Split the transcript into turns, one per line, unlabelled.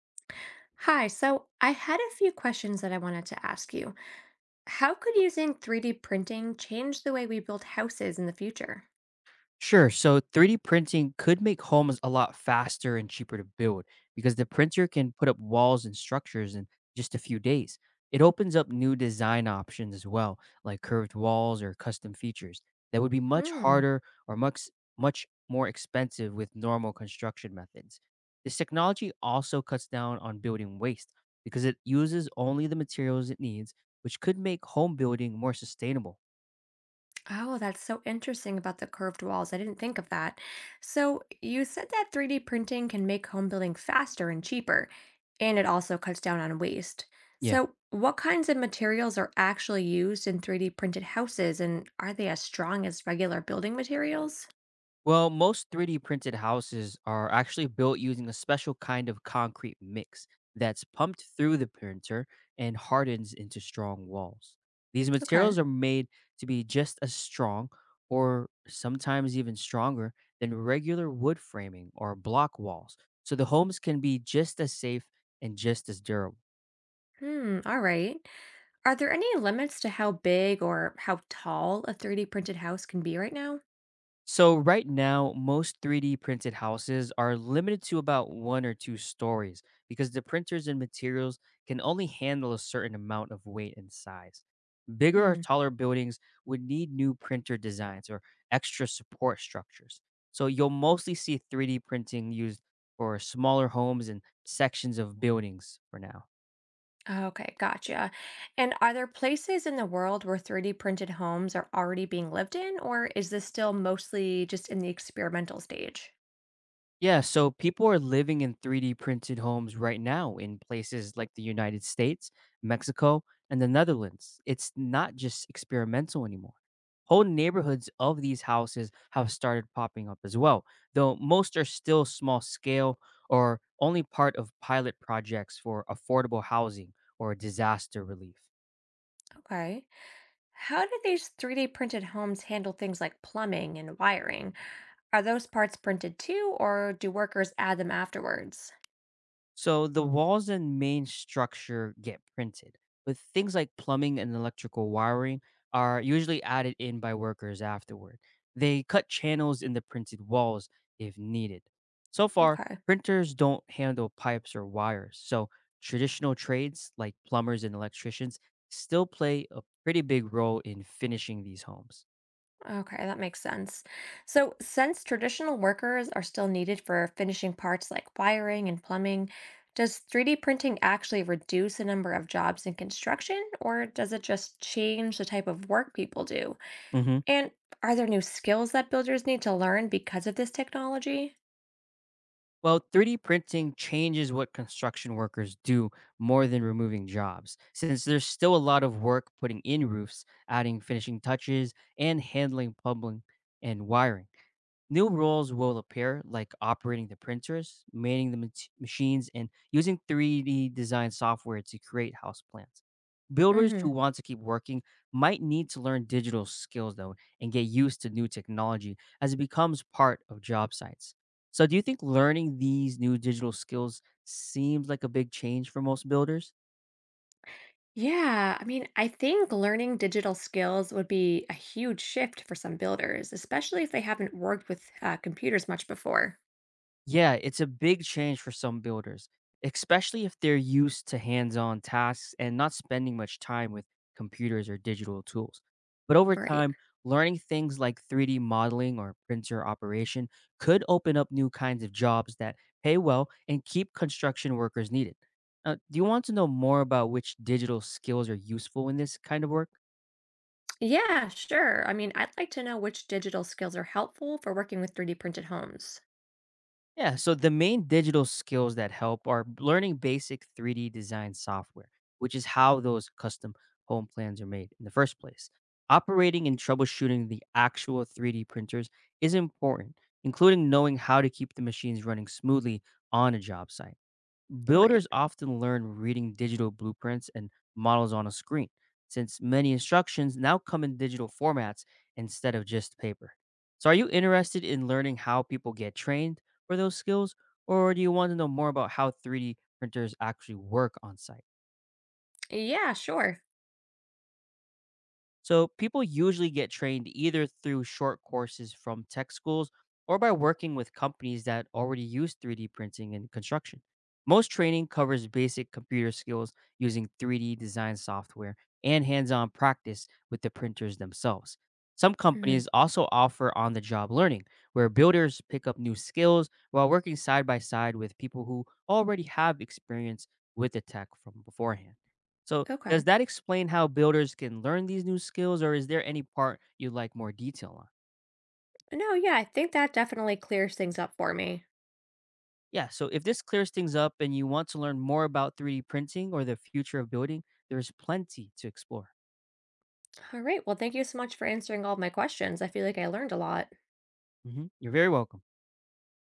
Hi, so I had a few questions that I wanted to ask you. How could using 3D printing change the way we build houses in the future?
Sure. So 3D printing could make homes a lot faster and cheaper to build because the printer can put up walls and structures in just a few days. It opens up new design options as well, like curved walls or custom features that would be much
Hmm.
harder or much more expensive with normal construction methods. This technology also cuts down on building waste because it uses only the materials it needs, which could make home building more sustainable.
Oh, that's so interesting about the curved walls. I didn't think of that. So, you said that 3D printing can make home building faster and cheaper, and it also cuts down on waste.
Yeah.
So, what kinds of materials are actually used in 3D printed houses, and are they as strong as regular building materials?
Well, most 3D printed houses are actually built using a special kind of concrete mix that's pumped through the printer and hardens into strong walls. These
Okay.
materials are made to be just as strong or sometimes even stronger than regular wood framing or block walls, so the homes can be just as safe and just as durable.
Hmm, all right. Are there any limits to how big or how tall a 3D printed house can be right now?
So right now, most 3D printed houses are limited to about one or two stories because the printers and materials can only handle a certain amount of weight and size. Bigger or
Hmm.
taller buildings would need new printer designs or extra support structures. So you'll mostly see 3D printing used for smaller homes and sections of buildings for now.
Okay, gotcha. And are there places in the world where 3D printed homes are already being lived in, or is this still mostly just in the experimental stage?
Yeah, so people are living in 3D printed homes right now in places like the United States, Mexico, and the Netherlands. It's not just experimental anymore. Whole neighborhoods of these houses have started popping up as well, though most are still small scale or only part of pilot projects for affordable housing or disaster relief.
Okay. How do these 3D printed homes handle things like plumbing and wiring? Are those parts printed too, or do workers add them afterwards?
So the walls and main structure get printed, but things like plumbing and electrical wiring are usually added in by workers afterward. They cut channels in the printed walls if needed. So far,
Okay.
printers don't handle pipes or wires, so traditional trades like plumbers and electricians still play a pretty big role in finishing these homes.
Okay, that makes sense. So, since traditional workers are still needed for finishing parts like wiring and plumbing, does 3D printing actually reduce the number of jobs in construction, or does it just change the type of work people do?
Mhm.
And are there new skills that builders need to learn because of this technology?
Well, 3D printing changes what construction workers do more than removing jobs, since there's still a lot of work putting in roofs, adding finishing touches, and handling plumbing and wiring. New roles will appear, like operating the printers, manning the machines, and using 3D design software to create house plans. Builders who
Hmm.
want to keep working might need to learn digital skills, though, and get used to new technology as it becomes part of job sites. So, do you think learning these new digital skills seems like a big change for most builders?
Yeah, I mean, I think learning digital skills would be a huge shift for some builders, especially if they haven't worked with computers much before.
Yeah, it's a big change for some builders, especially if they're used to hands on tasks and not spending much time with computers or digital tools. But over
Right.
time, learning things like 3D modeling or printer operation could open up new kinds of jobs that pay well and keep construction workers needed. Now, do you want to know more about which digital skills are useful in this kind of work?
Yeah, sure. I mean, I'd like to know which digital skills are helpful for working with 3D printed homes.
Yeah, so the main digital skills that help are learning basic 3D design software, which is how those custom home plans are made in the first place. Operating and troubleshooting the actual 3D printers is important, including knowing how to keep the machines running smoothly on a job site.
Right.
Builders often learn reading digital blueprints and models on a screen, since many instructions now come in digital formats instead of just paper. So, are you interested in learning how people get trained for those skills, or do you want to know more about how 3D printers actually work on site?
Yeah, sure.
So people usually get trained either through short courses from tech schools or by working with companies that already use 3D printing in construction. Most training covers basic computer skills using 3D design software and hands on practice with the printers themselves. Some
Hmm.
companies also offer on the job learning, where builders pick up new skills while working side by side with people who already have experience with the tech from beforehand. So,
Okay.
does that explain how builders can learn these new skills, or is there any part you'd like more detail on?
No, yeah, I think that definitely clears things up for me.
Yeah, so if this clears things up and you want to learn more about 3D printing or the future of building, there's plenty to explore.
All right. Well, thank you so much for answering all of my questions. I feel like I learned a lot.
Mhm. You're very welcome.